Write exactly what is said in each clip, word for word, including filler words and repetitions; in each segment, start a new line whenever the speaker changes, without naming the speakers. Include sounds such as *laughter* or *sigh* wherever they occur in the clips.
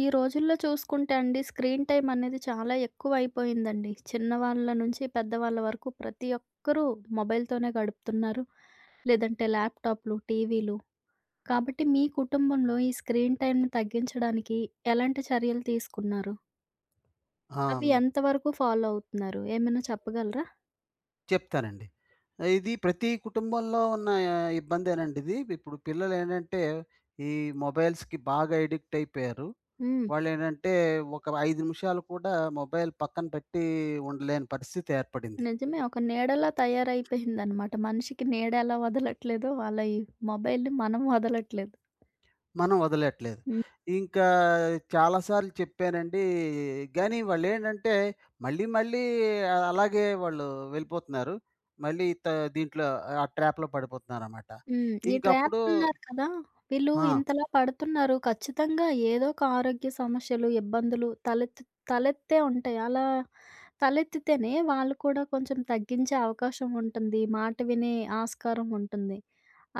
ఈ రోజుల్లో చూసుకుంటే అండి స్క్రీన్ టైమ్ అనేది చాలా ఎక్కువ అయిపోయిందండి. చిన్నవాళ్ళ నుంచి పెద్దవాళ్ళ వరకు ప్రతి ఒక్కరూ మొబైల్‌తోనే గడుపుతున్నారు. లేదంటే ల్యాప్‌టాప్‌లు, టీవీలు. కాబట్టి మీ కుటుంబంలో ఈ స్క్రీన్ టైమ్‌ని తగ్గించడానికి ఎలాంటి చర్యలు తీసుకున్నారు?
ఆ!
అవి
హ్మ్.
ఎంతవరకు ఫాలో అవుతున్నారు? ఏమైనా చెప్పగలరా?
చెప్తానండి. ఇది ప్రతి కుటుంబంలో ఉన్న ఇబ్బందేనండి ఇది. ఇప్పుడు పిల్లలేంటంటే, ఈ మొబైల్స్‌కి బాగా ఎడిక్ట్ అయిపోయారు.
హ్మ్.
వాళ్ళేంటంటే, ఒక ఐదు నిమిషాలు కూడా మొబైల్ పక్కన పెట్టి ఉండలేని పరిస్థితి ఏర్పడింది.
నిజమే. ఒక నీడలా తయారైపోయిందనమాట. మనిషికి నీడ ఎలా వదలట్లేదో అలా ఈ మొబైల్‌ని మనం వదలట్లేదు.
మనం వదలట్లేదు.
హ్మ్.
ఇంకా చాలా సార్లు చెప్పానండి. గానీ వాళ్ళేంటంటే, మళ్ళీ మళ్ళీ ఆహ్, అలాగే వాళ్ళు వెళ్ళిపోతున్నారు. మళ్ళీ త దీంట్లో ఆ ట్రాప్‌లో పడిపోతున్నారనమాట.
హ్మ్. ఈ ట్రాప్
ఇంకప్పుడు
అన్నారు కదా! వీళ్ళు
ఆ!
ఇంతలా పడుతున్నారు. ఖచ్చితంగా ఏదో ఒక ఆరోగ్య సమస్యలు, ఇబ్బందులు తలెత్తు తలెత్తే ఉంటాయి. అలా తలెత్తితేనే వాళ్ళు కూడా కొంచెం తగ్గించే అవకాశం ఉంటుంది. మాట వినే ఆస్కారం ఉంటుంది.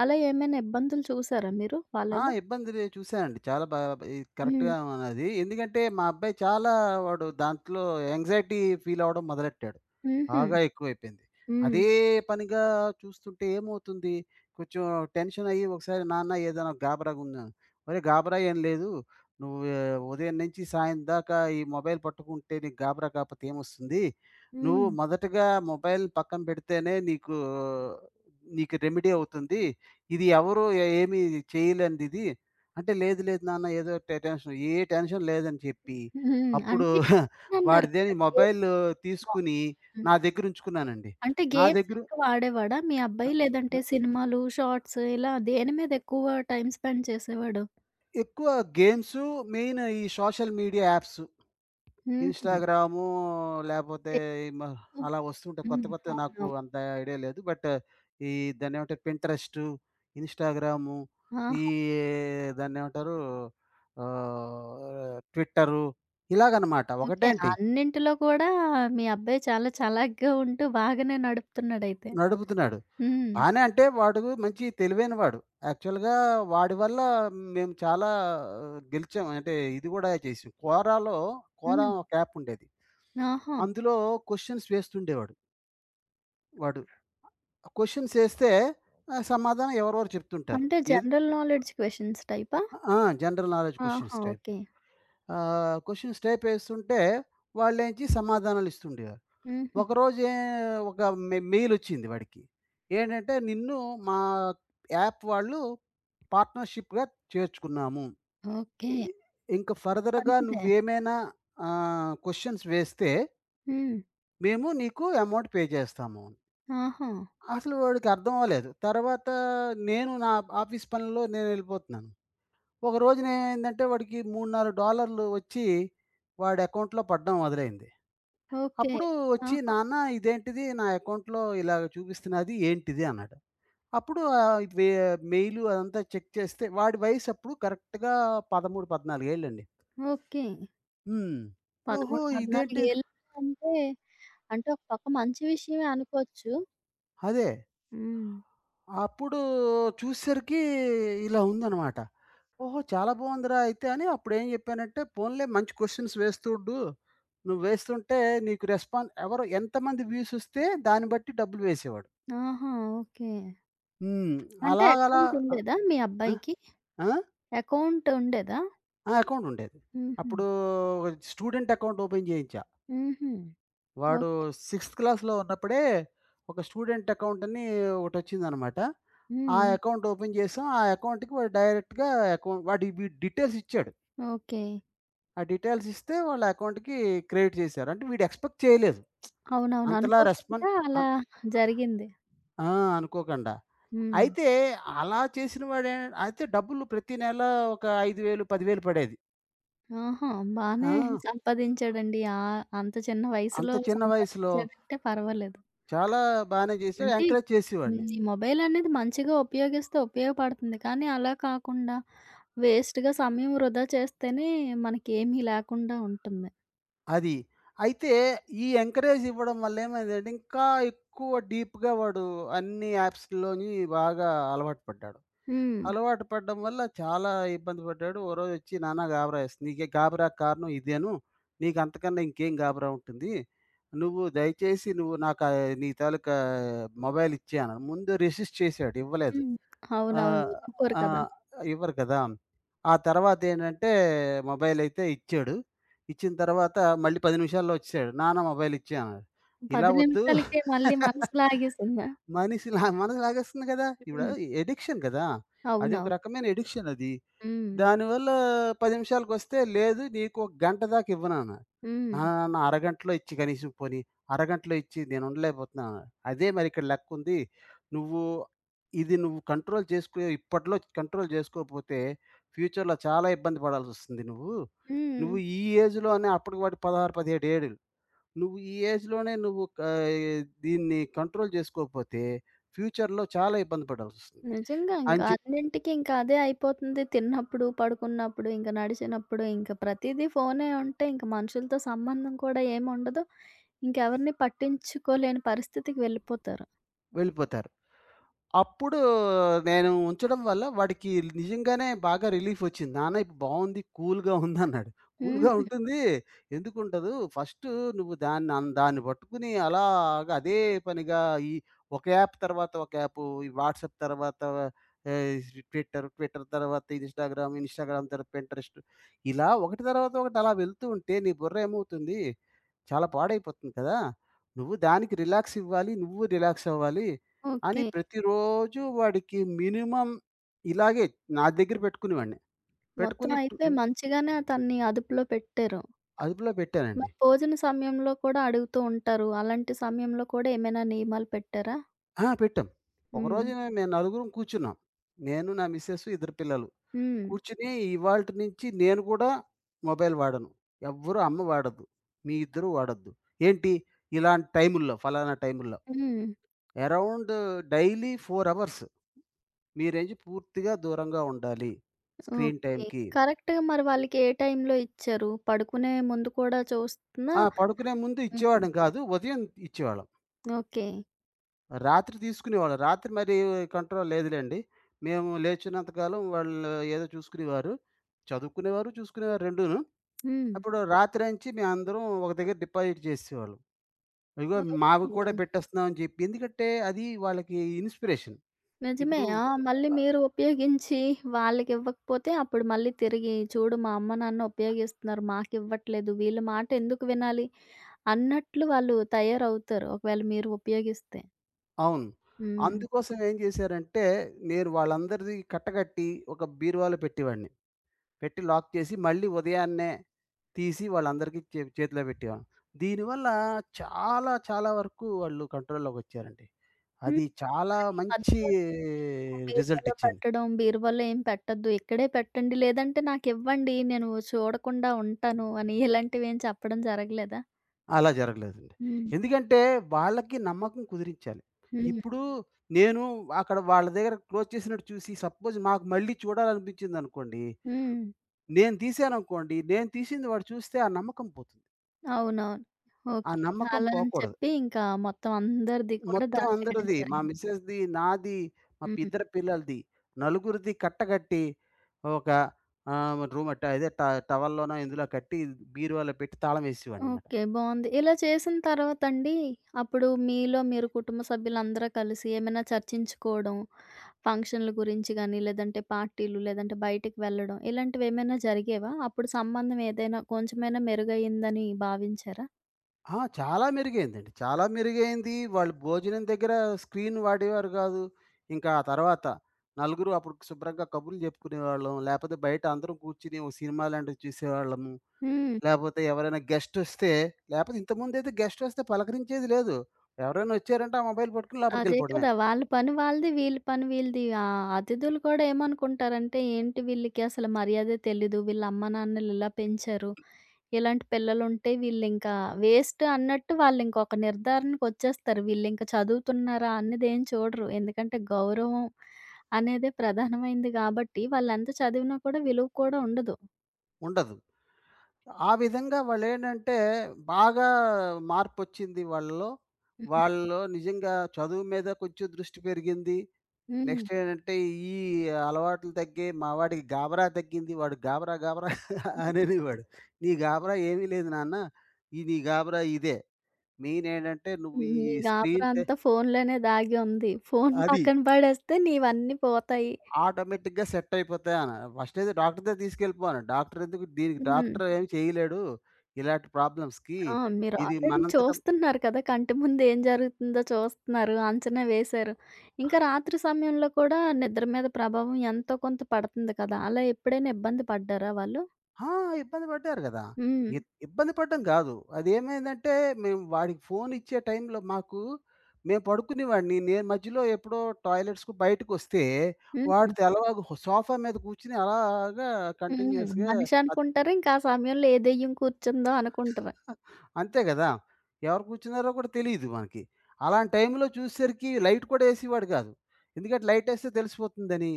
అలా ఏమైనా ఇబ్బందులు చూసారా మీరు
ఆ!
వాళ్ళలో?
ఇబ్బంది లే చూసానండి. చాలా బా ఈ
హ్మ్.
కరెక్ట్‌గా ఉన్నది. ఎందుకంటే, మా అబ్బాయి చాలా వాడు దాంట్లో యాంగ్జైటీ ఫీల్ అవ్వడం మొదలెట్టాడు.
హుహు.
బాగా ఎక్కువైపోయింది.
హ్మ్.
అదే పనిగా చూస్తుంటే ఏమవుతుంది, కొంచెం టెన్షన్ అయ్యి ఒకసారి నాన్న ఏదైనా గాబరాగున్నాను. "ఒరేయ్! గాబరా ఏం లేదు. నువ్వు ఉదయం నుంచి సాయం దాకా ఈ మొబైల్ పట్టుకుంటే నీకు గాబరా కాపోతే ఏమొస్తుంది? నువ్వు
హ్మ్.
మొదటగా మొబైల్ పక్కన పెడితేనే నీకు, నీకు రెమెడీ అవుతుంది." ఇది ఎవరు ఎ ఏమి చేయలేనిదిది. అంటే, "లేదు, లేదు నాన్న ఏదో టె టెన్షన్." ఏ టెన్షన్ లేదని చెప్పి,
హ్మ్.
అప్పుడు
అంటే
*laughs*
అన్నారు
వాడిదేని
కదా!
మొబైలు
గేమ్సా? ఆ!
తీసుకుని
హ్మ్.
నా దగ్గరుంచుకున్నానండి.
అంటే
నా
గేమ్స్
దగ్గర
ఎక్కువ ఆడేవాడా మీ అబ్బాయి? లేదంటే
ఆహ్,
సినిమాలు, షార్ట్స్ ఇలా దేని మీద ఎక్కువ టైమ్ స్పెండ్ చేసేవాడు?
ఎక్కువ గేమ్సు, మెయిన్ ఈ సోషల్ మీడియా యాప్స్.
హుహు.
ఇన్‌స్టాగ్రాము లేపోతే ఈ మ
ఎక్కువ హ్మ్.
అలా వస్తుంటాయి. కొత్త
హ్మ్.
కొత్తవి నాకు
అవునవును.
అంత ఐడియా లేదు. బట్ ఈ దాన్నేమంటారు పింటరెస్టు, ఇన్‌స్టాగ్రాము,
ఆహా!
ఈ దాన్నేమంటారు ఆహ్, ట్విట్టరు ఇలాగనమాట.
ఓకే.
ఒకటేంటి
అన్నింటిలో కూడా మీ అబ్బాయి చాలా చలాగ్గా ఉంటూ బాగానే నడుపుతున్నాడయితే.
నడుపుతున్నాడు.
హ్మ్.
బానే అంటే వాడు మంచి తెలివైన వాడు. యాక్చువల్‌గా వాడి వల్ల మేము చాలా ఆ, గెలిచాం. అంటే ఇది గూడా చేసాం. కోరాలో కోరా
హ్మ్.
ఒక యాప్ ఉండేది.
ఆహా!
అందులో క్వెషన్స్ వేస్తుండేవాడు వాడు. క్వెషన్స్ ఏస్తే ఆహ్, సమాధానం ఎవరెవరు చెప్తుంటారు.
అంటే
ఏది
జనరల్ నాలెడ్జ్ క్వెషన్స్ టైపా?
ఆ! జనరల్ నాలెడ్జ్
ఆహా!
Questions type.
ఓకే.
ఆహ్, క్వెషన్స్ టైప్ ఏస్తుంటే వాళ్ళేంచి సమాధానాలు ఇస్తుండేవారు.
హుహు.
ఒకరోజు ఏ ఒక మె మెయిలొచ్చింది వాడికి. ఏంటంటే, "నిన్ను మా యాప్ వాళ్ళు పార్ట్నర్‌షిప్‌గా చేర్చుకున్నాము.
ఓకే.
ఇ ఇంక ఫర్దర్‌గా
మంచిదే.
నువ్వేమైనా ఆహ్, క్వెషన్స్ వేస్తే
హ్మ్.
మేము నీకు అమౌంట్ పే చేస్తాము."
ఆహా!
అసలు వాడికి అర్థం అవ్వలేదు. తర్వాత నేను నా ఆఫీస్ పనుల్లో నేనెళ్ళిపోతున్నాను. ఒకరోజు నేమైందంటే వాడికి మూడు డాలర్లు నాలుగు డాలర్లు వచ్చి వాడి అకౌంట్‌లో పడడం మొదలైంది.
ఓకే.
అప్పుడు వచ్చి,
ఆహా!
"నాన్న ఇదేంటిది నా అకౌంట్‌లో ఇలాగ చూపిస్తున్నది ఏంటిది?" అన్నాడు. అప్పుడు ఆహ్, వే మెయిలు అదంతా చెక్ చేస్తే వాడి వయసు అప్పుడు కరెక్ట్‌గా పదమూడు, పద్నాలుగు ఏళ్ళండి.
ఓకే.
హ్మ్. ఓహో!
పదమూడు, పద్నాలుగు
ఇదేంటి
ఏళ్ళు. అంటే అంటే ఒక పక్క మంచి విషయమే అనుకోవచ్చు.
అదే.
హ్మ్.
అప్పుడు చూసేసరికి ఇలా ఉందనమాట. ఓహో! చాలా బావుందిరా అయితే అని అప్పుడేం జెప్పానంటే, పోన్లే మంచి క్వెషన్స్ వేస్తూండు. నువ్వు వేస్తుంటే నీకు రెస్పాన్ ఎవరు ఎంతమంది వ్యూసొస్తే దాన్ని బట్టి డబ్బులు వేసేవాడు.
ఆహా! ఓకే.
హ్మ్.
అంటే
అలాగలా
అకౌంట్
ఆ!
ఉండేదా మీ
ఆ!
అబ్బాయికి?
ఆ!
అకౌంట్ ఉండేదా?
ఆ! అకౌంటుండేది.
హుహు.
అప్పుడు స్టూడెంట్ అకౌంట్ ఓపెన్ జేయించా.
హుహు.
వాడు
ఓకే.
సిక్స్త్ క్లాస్‌లో ఉన్నప్పుడే ఒక స్టూడెంట్ అకౌంటని ఒకటొచ్చిందనమాట. ఆ
హ్మ్.
అకౌంట్ ఓపెన్ జేసాం. ఆ అకౌంట్‌కి వాడు డైరెక్ట్‌గా అకౌంట్ వాడి వి డీటెయిల్స్ ఇచ్చాడు.
ఓకే.
ఆ డీటెయిల్స్ ఇస్తే వాళ్ళ అకౌంట్‌కి క్రెడిట్ చేశారు. అంటే వీడు ఎక్స్‌పెక్ట్ చేయలేదు.
అవునవును.
అంతలా రెస్పాన్
అనుకోకుండా అలా
అన్
జరిగింది.
ఆ! అనుకోకుండా.
హ్మ్.
అయితే అలా చేసిన వాడే అయితే డబ్బులు ప్రతి నెల ఒక ఐదు వేలు, పది వేలు పడేది.
ఆహా!
ఆ!
బానే సంపాదించాడండి. ఆహ్, అంత చిన్న
అంత
వయసులో
చిన్న వయసులో
సంపాదించాడంటే పర్వాలేదు.
చాలా బానే చేసాడు.
అంటే
ఎంకరేజ్
హ్మ్.
చేసేవాడిని.
ఈ మొబైలనేది మంచిగా ఉపయోగిస్తే ఉపయోగపడుతుంది. కానీ అలా కాకుండా వేస్ట్‌గా సమయం వృధా చేస్తేనే మనకేమీ లేకుండా ఉంటుంది.
అది. అయితే ఈ ఎంకరేజ్ ఇవ్వడం వల్ల ఏమైందంటే ఇంకా ఎక్కువ డీప్‌గా వాడు అన్ని యాప్స్‌లోని బాగా అలవాటు పడ్డాడు.
హ్మ్.
అలవాటు పడడం వల్ల చాలా ఇబ్బంది పడ్డాడు. ఓ రోజొచ్చి నాన్న గాబరా ఏస్తుంది. నీకు గాబరాకు కారణం ఇదేను. నీకు అంతకన్నా ఇంకేం గాబరా ఉంటుంది. నువ్వు దయచేసి నువ్వు నాకు ఆహ్, నీ తాలూకా మొబైల్ ఇచ్చేయి అన్నాను. ముందు రెసిస్ట్ చేశాడు ఇవ్వలేదు.
హ్మ్. అవునవును.
ఆహ్,
ఒప్పుకోరు కదా!
ఆహ్, ఇవ్వరు కదా! ఆ తర్వాతేంటంటే మొబైల్ అయితే ఇచ్చాడు. ఇచ్చిన తర్వాత మళ్ళీ పది నిమిషాల్లో వచ్చేసాడు. నాన్న మొబైల్ ఇచ్చేయి అన్నాడు. ఇలా
పది
వద్దు
నిమిషాలకే మళ్ళీ మనసు
*laughs*
లాగేసిందా?
మనిషి లా మనసు లాగేస్తుంది కదా! ఇప్పుడు
హ్మ్.
ఎడిక్షన్ కదా! అది ఒక
అవునవును.
రకమైన ఎడిక్షన్ అది.
హ్మ్.
దానివల్ల పది నిమిషాలకొస్తే, "లేదు నీకు ఒక గంట దాకా ఇవ్వనన్నాడు."
హ్మ్.
"నా నా నా అరగంటలో ఇచ్చి కనీసం పోనీ, అరగంటలో ఇచ్చి నేను ఉండలేకపోతున్నాను" అన్నాడు. అదే మరి ఇక్కడ లెక్కుంది. నువ్వు ఇది నువ్వు కంట్రోల్ చేసుకో ఇప్పట్లో కంట్రోల్ చేసుకోకపోతే, ఫ్యూచర్‌లో చాలా ఇబ్బంది పడాల్సొస్తుంది నువ్వు.
హ్మ్.
నువ్వు ఈ ఏజ్‌లోనే అప్పటికి వాడికి పదహారు, పదిహేడు ఏళ్ళు. నువ్వు ఈ ఏజ్‌లోనే నువ్వు క దీన్ని కంట్రోల్ జేసుకోకపోతే, ఫ్యూచర్‌లో చాలా ఇబ్బంది పడాల్సొస్తుంది.
నిజంగా
అని
ఇంకా
చెప్పి
అన్నింటికి ఇంకా అదే అయిపోతుంది. తిన్నప్పుడు, పడుకున్నప్పుడు, ఇంక నడిచినప్పుడు, ఇంక ప్రతీదీ ఫోనే ఉంటే ఇంక మనుషులతో సంబంధం కూడా ఏముండదు. ఇంకెవరిని పట్టించుకోలేని పరిస్థితికి వెళ్ళిపోతారు.
వెళ్ళిపోతారు. అప్పుడు నేను ఉంచడం వల్ల వాడికి నిజంగానే బాగా రిలీఫొచ్చింది. "నాన్న ఇప్పుడు బావుంది. కూల్‌గా ఉందన్నాడు." కూల్‌గా
హుహు.
ఉంటుంది. ఎందుకుండదు? ఫస్టు నువ్వు దాన్ని అన్ దాన్ని పట్టుకుని అలాగా అదే పనిగా ఈ ఒక యాప్ తర్వాత ఒక యాపు, ఈ వాట్సాప్ తర్వాత ఆహ్, స్ ట్విట్టర్, ట్విట్టర్ తర్వాత ఇన్‌స్టాగ్రామ్, ఇన్‌స్టాగ్రామ్ తర్వాత పింటరెస్ట్ ఇలా ఒకటి తర్వాత ఒకటి అలా వెళ్తూ ఉంటే నీ బుర్ర ఏమవుతుంది చాలా పాడైపోతుంది కదా! నువ్వు దానికి రిలాక్స్ ఇవ్వాలి. నువ్వు రిలాక్స్ అవ్వాలి. అని
ఓకే.
ప్రతిరోజు వాడికి మినిమమ్ ఇలాగే నా దగ్గర పెట్టుకునేవాడిని.
మొత్తం
పెట్టుకొని టు
అయితే మంచిగానే తనని అదుపులో పెట్టారు.
అదుపులో పెట్టానండి.
మరి భోజన సమయంలో కూడా అడుగుతూ ఉంటారు. అలాంటి సమయంలో కూడా ఏమైనా నియమాలు పెట్టారా?
ఆ! పెట్టాం.
హ్మ్.
ఒకరోజు మేము నలుగురం కూర్చున్నాం. నేను, నా మిసెస్, ఇద్దరు పిల్లలు.
హ్మ్.
కూర్చొని ఇవాల్టి నుంచి నేను కూడా మొబైల్ వాడను. ఎవ్వరు అమ్మ వాడొద్దు. మీ ఇద్దరు వాడొద్దు. ఏంటి? ఇలాంటి టైముల్లో ఫలానా టైముల్లో.
హ్మ్.
అరౌండ్ డైలీ నాలుగు అవర్స్. మీ రేంజ్ పూర్తిగా దూరంగా ఉండాలి స్క్రీన్
ఓకే.
టైమ్‌కి.
కరెక్ట్‌గా మరి వాళ్ళకి ఏ టైంలో ఇచ్చారు? పడుకునే ముందు కూడా చూస్తున్నా
ఆ! పడుకునే ముందు
హ్మ్.
ఇచ్చేవాడం కాదు. ఉదయం ఇచ్చేవాళ్ళం.
ఓకే.
రాత్రి తీసుకునేవాళ్ళం. రాత్రి మరి కంట్రోల్ లేదులెండి. మేము లేచినంత కాలం వాళ్ళు ఏదో చూసుకునేవారు. చదువుకునేవారు, చూసుకునేవారు రెండూను.
హ్మ్.
అప్పుడు రాత్రంచి మేమందరం ఒక దగ్గర డిపాజిట్ చేసేసేవాళ్ళం. ఇగో
ఓకే.
మావి కూడా పెట్టేస్తున్నాం అని చెప్పి. ఎందుకంటే అది వాళ్ళకి ఇన్‌స్పిరేషన్.
నిజమే.
ఇప్పుడు
ఆ! మళ్ళీ మీరు ఉపయోగించి వాళ్ళకివ్వకపోతే అప్పుడు మళ్ళీ తిరిగి చూడు మా అమ్మ, నాన్న ఉపయోగిస్తున్నారు. మాకివ్వట్లేదు. వీళ్ళ మాటెందుకు వినాలి అన్నట్లు వాళ్ళు తయారవుతారు. ఒకవేళ మీరు ఉపయోగిస్తే.
అవును.
హ్మ్.
అందుకోసం ఏం చేశారంటే, నేను వాళ్ళందరిది కట్టకట్టి ఒక బీరువాలో పెట్టేవాడిని. పెట్టి లాక్ చేసి మళ్ళీ ఉదయాన్నే తీసి వాళ్ళందరికీ చే చేతిలో పెట్టేవాళ్ళం. దీనివల్ల చాలా, చాలా వరకు వాళ్ళు కంట్రోల్‌లోకొచ్చారండి.
హ్మ్.
అది చాలా
కానీ
మంచి
మధ్యలో ఎందుకు
రిజల్ట్
బీరువాలో
ఇచ్చింది.
పెట్టడం, బీరువాలో ఏం పెట్టొద్దు. ఇక్కడే పెట్టండి. లేదంటే నాకివ్వండి. నేను చూడకుండా ఉంటాను అని ఇలాంటివేం చెప్పడం జరగలేదా?
అలా జరగలేదండి.
హ్మ్.
ఎందుకంటే వాళ్ళకి నమ్మకం కుదిరించాలి.
హ్మ్.
ఇప్పుడు నేను అక్కడ వాళ్ళ దగ్గర క్లోజ్ చేసినట్టు చూసి సపోజ్ మాకు మళ్ళీ చూడాలనిపించిందనుకోండి,
హ్మ్.
నేను తీశాననుకోండి, నేను తీసింది వాడు చూస్తే ఆ నమ్మకం పోతుంది.
అవునవును.
ఆ
ఓకే.
నమ్మకం
అలా అని
పోకూడదు.
చెప్పి ఇంకా మొత్తం అందరిది కూడా
మొత్తం
దాచేయడం
అందరిది. మా
జరిగింది.
మిసెస్‌ది, నాది, మా పి
హ్మ్.
ఇద్దరు పిల్లలది. నలుగురిది కట్టగట్టి ఒక ఆహ్, రూమ్ అట్ట అదే ట టవల్‌లోనో ఇందులో కట్టి బీరువాలో పెట్టి తాళం వేసేవాడినన్నమాట.
ఓకే. బావుంది. ఇలా చేసిన తర్వాతండి అప్పుడు మీలో మీరు కుటుంబ సభ్యులందరూ కలిసి ఏమైనా చర్చించుకోవడం, ఫంక్షన్‌ల గురించి గాని, లేదంటే పార్టీలు, లేదంటే బయటికి వెళ్ళడం ఇలాంటివేమైనా జరిగేవా? అప్పుడు సంబంధం ఏదైనా కొంచెమైనా మెరుగయ్యిందని భావించారా?
ఆ! చాలా మెరుగైందండి. చాలా మెరుగైంది. వాళ్ళు భోజనం దగ్గర స్క్రీన్ వాడేవారు కాదు. ఇంకా ఆ తర్వాత నలుగురు అప్పుడు శుభ్రంగా కబుర్లు చెప్పుకునేవాళ్ళం. లేపోతే బయట అందరం కూర్చొని ఒక సినిమా లాంటివి చూసేవాళ్ళము.
హ్మ్.
లేపోతే ఎవరైనా గెస్టొస్తే లేపోతే ఇంతకుముందయితే గెస్టొస్తే పలకరించేది లేదు. ఎవరైనా వచ్చారంటే ఆ మొబైల్ పట్టుకొని
అదే
లోపటికెళ్ళిపోవడమే.
కదా! వాళ్ళ పని వాళ్ళది. వీళ్ళ పని వీళ్ళది. ఆ అతిథులు కూడా ఏమనుకుంటారంటే, ఏంటి వీళ్ళకి అసలు మర్యాదే తెలీదు. వీళ్ళ అమ్మ నాన్నలు ఇలా పెంచారు. ఇలాంటి పిల్లలుంటే వీళ్ళింకా వేస్ట్ అన్నట్టు వాళ్ళింకొక నిర్ధారణకొచ్చేస్తారు. వీళ్ళింక చదువుతున్నారా అన్నదేం చూడరు. ఎందుకంటే గౌరవం అనేదే ప్రధానమైంది గాబట్టి, వాళ్ళెంత చదివినా కూడా విలువ కూడా ఉండదు.
ఉండదు. ఆ విధంగా వాళ్ళేంటంటే బాగా మార్పొచ్చింది వాళ్ళలో.
హ్మ్.
వాళ్ళలో నిజంగా చదువు మీద కొంచెం దృష్టి పెరిగింది.
హ్మ్.
నెక్స్ట్ ఏంటంటే ఈ అలవాట్లు తగ్గాయి. మా వాడికి గాబరా తగ్గింది. వాడు గాబరా గాబరా *laughs* అనేవాడు. "నీ గాబరా ఏమీ లేదు నాన్న. ఈ నీ గాబరా ఇదే. మెయినేంటంటే నువ్వు ఈ
నీ గాబరా
స్క్రీన్ టై"
అంతా ఫోన్‌లోనే దాగి ఉంది. ఫోన్
అది.
పక్కన పడేస్తే నీవన్నీ పోతాయి.
ఆటోమేటిక్‌గా సెట్ అయిపోతాయన. ఫస్ట్ అయితే డాక్టర్ దగ్గరికి తీసుకెళ్ళిపో అన్నాడు. డాక్టర్ ఎందుకు దీనికి
హ్మ్.
డాక్టర్ ఏమి చేయలేడు. ఇలాంటి ప్రాబ్లమ్స్‌కి.
ఆ! మీరు
ఇది
ఆల్రెడీ
మనంతట
చూస్తున్నారు కదా! కంటి ముందు ఏం జరుగుతుందో చూస్తున్నారు, అంచనా వేశారు. ఇంకా రాత్రి సమయంలో కూడా నిద్ర మీద ప్రభావం ఎంతో కొంత పడుతుంది కదా! అలా ఎప్పుడైనా ఇబ్బంది పడ్డారా వాళ్ళు?
ఆ! ఇబ్బంది పడ్డారు గదా!
హ్మ్.
ఇ ఇబ్బంది పడడం గాదు. అదేమైందంటే మేము వాడికి ఫోన్ ఇచ్చే టైంలో మాకు మేము పడుకునేవాడిని. నేను మధ్యలో ఎప్పుడో టాయిలెట్స్‌కి బయటకొస్తే వాడు
హ్మ్.
తెల్లవారి సోఫా మీద కూర్చొని అలాగా
హ్మ్.
కంటిన్యూయస్‌గా
మనిషి అనుకుంటారు. ఇంకా ఆ సమయంలో ఏ దెయ్యం కూర్చుందో అనుకుంటారు.
అంతే గదా! ఎవరు కూర్చున్నారో కూడా తెలీదు మనకి. అలాంటి టైంలో చూసేసరికి లైట్ కూడా ఏసేవాడు కాదు. ఎందుకంటే లైటేస్తే తెలిసిపోతుందని.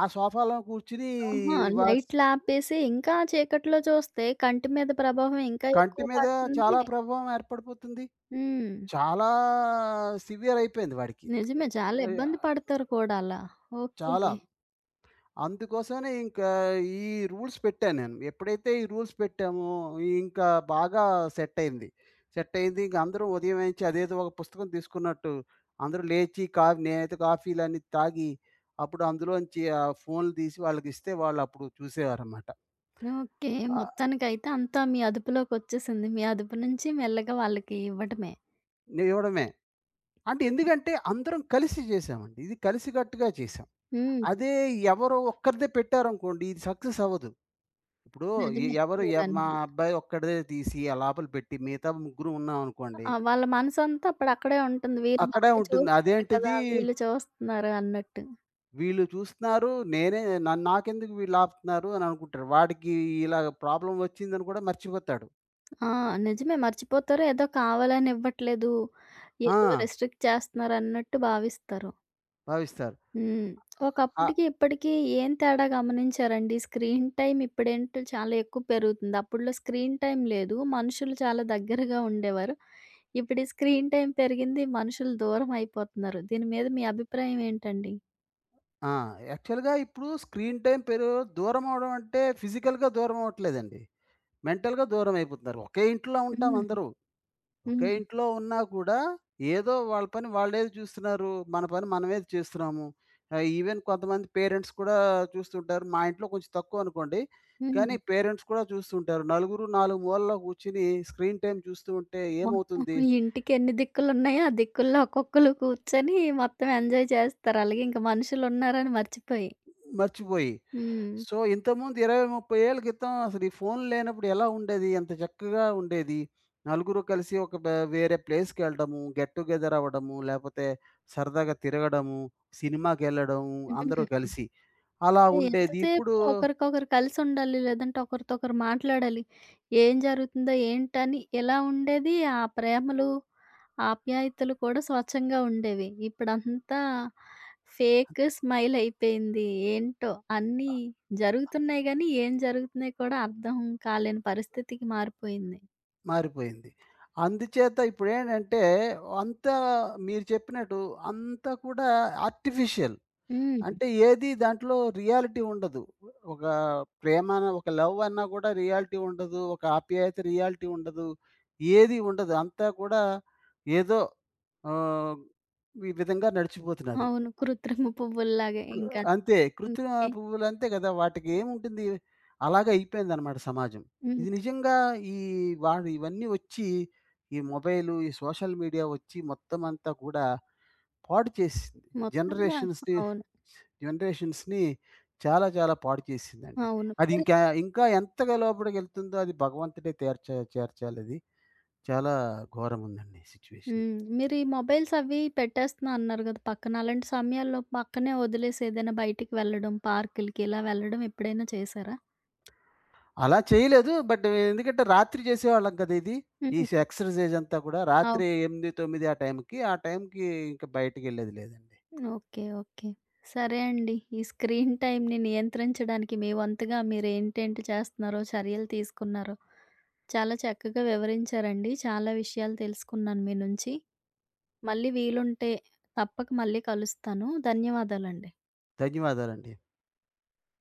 ఆ సోఫాలో కూర్చొని
ఆహా!
వాట్స్
లైట్‌లాపేసి ఇంకా చీకట్లో చూస్తే కంటి మీద ప్రభావం ఇంకా
కంటి
ఎక్కువ
మీద చాలా
పడుతుంది.
ప్రభావం ఏర్పడిపోతుంది.
హ్మ్.
చాలా సివియర్ అయిపోయింది వాడికి.
నిజమే చాలా
ఆహ్,
ఇబ్బంది పడతారు కూడా అలా. ఓకే.
చాలా. అందుకోసమనే ఇంకా ఈ రూల్స్ పెట్టాను నేను. ఎప్పుడైతే ఈ రూల్స్ పెట్టామో, ఇంకా బాగా సెట్ అయింది. సెట్ అయింది. ఇంక అందరూ ఉదయం నుంచి అదేదో ఒక పుస్తకం తీసుకున్నట్టు అందరూ లేచి కా నేనైతే కాఫీలన్నీ తాగి, అప్పుడు అందులోంచి ఆ ఫోన్లు తీసి వాళ్ళకిస్తే వాళ్ళప్పుడు చూసేవారనమాట.
ఓకే.
ఆహ్,
మొత్తానికైతే అంతా మీ అదుపులోకొచ్చేసింది. మీ అదుపు నుంచి మెల్లగా వాళ్ళకి ఇవ్వటమే.
ఇవ్వడమే. అంటే
హ్మ్.
ఎందుకంటే అందరం కలిసి చేశామండి. ఇది కలిసికట్టుగా చేశాం.
హ్మ్.
అదే ఎవరో ఒక్కరిదే పెట్టారనుకోండి ఇది సక్సెస్ అవ్వదు. ఇప్పుడు ఎ
నిజమే
ఎవరు ఎవ్ మా
మీరన్నది.
అబ్బాయి ఒక్కడిదే తీసి ఆ లోపల పెట్టి మిగతా ముగ్గురు ఉన్నామనుకోండి,
ఆ! వాళ్ళ మనసంతా అప్పుడక్కడే ఉంటుంది. వీళ్ళు
అక్కడే
బానే
ఉంటుంది.
చూస్తున్నారు కదా!
అదేంటిది
వీళ్ళు చూస్తున్నారు అన్నట్టు.
వీళ్ళు చూస్తున్నారు. నేనే నన్ను నాకెందుకు వీళ్ళు ఆపుతున్నారు అని అనుకుంటారు. వాడికి ఇలా ప్రాబ్లమ్ వచ్చిందని కూడా మర్చిపోతాడు.
ఆ! నిజమే మర్చిపోతారు. ఏదో కావాలని ఇవ్వట్లేదు.
ఆ!
ఏదో రిస్ట్రిక్ట్ చేస్తున్నారు అన్నట్టు భావిస్తారు.
భావిస్తారు.
హ్మ్.
ఆ!
ఒకప్పటికి ఇప్పటికి ఏం తేడా గమనించారండి? స్క్రీన్ టైమ్ ఇప్పుడేంటో చాలా ఎక్కువ పెరుగుతుంది. అప్పట్లో స్క్రీన్ టైమ్ లేదు. మనుషులు చాలా దగ్గరగా ఉండేవారు. ఇప్పుడు ఈ స్క్రీన్ టైమ్ పెరిగింది. మనుషులు దూరం అయిపోతున్నారు. దీని మీద మీ అభిప్రాయం ఏంటండి?
ఆ! యాక్చువల్‌గా ఇప్పుడు స్క్రీన్ టైమ్ పెరు దూరం అవ్వడం అంటే ఫిజికల్‌గా దూరం అవ్వట్లేదండి. మెంటల్‌గా దూరం అయిపోతున్నారు. ఒకే ఇంట్లో ఉంటాం
హ్మ్.
అందరూ. ఒకే
హ్మ్.
ఇంట్లో ఉన్నా కూడా ఏదో వాళ్ళ పని వాళ్ళేది చూస్తున్నారు. మన పని మనమేది చేస్తున్నాము. ఆహ్, ఈవెన్ కొంతమంది పేరెంట్స్ కూడా చూస్తుంటారు. మా ఇంట్లో కొంచెం తక్కువనుకోండి.
హ్మ్.
కానీ పేరెంట్స్ కూడా చూస్తుంటారు. నలుగురు నాలుగు మూలల్లో కూర్చొని స్క్రీన్ టైమ్ చూస్తూ ఉంటే
మొత్తం
ఏమవుతుంది?
ఇంటికి ఎన్ని దిక్కులున్నాయో, ఆ దిక్కుల్లో ఒక్కొక్కళ్ళు కూర్చొని మొత్తం ఎంజాయ్ చేస్తారు. అలాగే ఇంక మనుషులున్నారని మర్చిపోయి.
మర్చిపోయి.
హ్మ్.
సో, ఇంతకుముందు ఇరవై, ముప్పై ఏళ్ల క్రితం అసలు ఈ ఫోను లేనప్పుడు ఎలా ఉండేది? ఎంత చక్కగా ఉండేది. నలుగురు కలిసి ఒక బ వేరే ప్లేస్‌కెళ్ళడము, గెట్ టుగెదర్ అవ్వడము, లేపోతే సరదాగా తిరగడము, సినిమాకెళ్ళడము అందరూ కలిసి. అలా
అదే
ఉండేది.
ఎంతసేపు
ఇప్పుడు
ఒకరికొకరు కలిసుండాలి. లేదంటే ఒకరితో ఒకరు మాట్లాడాలి. ఏం జరుగుతుందో ఏంటని ఇలా ఉండేది. ఆ ప్రేమలు, ఆప్యాయతలు కూడా స్వచ్ఛంగా ఉండేవి. ఇప్పుడంతా ఫేక్ స్మైల్ అయిపోయింది. ఏంటో అన్నీ జరుగుతున్నాయి గానీ, ఏం జరుగుతున్నాయి కూడా అర్థం కాలేని పరిస్థితికి మారిపోయింది.
మారిపోయింది. అందుచేత ఇప్పుడేంటంటే, అంతా మీరు చెప్పినట్టు అంతా కూడా ఆర్టిఫిషియల్.
హ్మ్.
అంటే ఏది దాంట్లో రియాలిటీ ఉండదు. ఒక ప్రేమ అన్న, ఒక లవ్ అన్నా కూడా రియాలిటీ ఉండదు. ఒక ఆప్యాయత రియాలిటీ ఉండదు. ఏది ఉండదు. అంతా కూడా ఏదో ఆహ్, ఈ విధంగా నడిచిపోతున్నది.
అవును. కృత్రిమ పువ్వుల్లాగే
కు
ఇంక
అంతే కృత్రిమ
ఇంకే
పువ్వులు అంతే కదా! వాటికి ఏముంటుంది? అలాగే అయిపోయిందనమాట సమాజం.
హ్మ్.
ఇది నిజంగా ఈ వాడు ఇవన్నీ వచ్చి ఈ మొబైలు, ఈ సోషల్ మీడియా వచ్చి మొత్తం అంతా కూడా పాడు చేసింది.
మొత్తంగా
జనరేషన్స్‌ని
అవును.
జనరేషన్స్‌ని చాలా చాలా పాడు చేసిందండి.
అవును.
అది
మీరు
ఇంకా, ఇంకా ఎంతగా లోపలికెళ్తుందో అది భగవంతుడే తేర్చ చేర్చాలది. చాలా ఘోరముందండి సిట్యుయేషన్.
హ్మ్. మీరు ఈ మొబైల్స్ అవి పెట్టేస్తున్నా అన్నారు గదా! పక్కన. అలాంటి సమయాల్లో పక్కనే వదిలేసి ఏదైనా బయటికి వెళ్ళడం, పార్కులకి ఇలా వెళ్ళడం ఎప్పుడైనా చేశారా?
అలా చేయలేదు. బట్ ఎందుకంటే రాత్రి చేసేవాళ్ళం కదా! ఇది. ఈ
హ్మ్.
సె ఎక్సర్‌సైజ్ అంతా కూడా రాత్రి
అవును.
ఎనిమిది, తొమ్మిది ఆ టైంకి, ఆ టైంకి ఇంక బయటికెళ్ళేది లేదండి.
ఓకే. ఓకే. సరే అండి. ఈ స్క్రీన్ టైమ్‌ని నియంత్రించడానికి మీ వంతుగా మీరేంటేంటి చేస్తున్నారో, చర్యలు తీసుకున్నారో చాలా చక్కగా వివరించారండి. చాలా విషయాలు తెలుసుకున్నాను మీ నుంచి. మళ్ళీ వీలుంటే తప్పక మళ్ళీ కలుస్తాను. ధన్యవాదాలండి.
ధన్యవాదాలండి.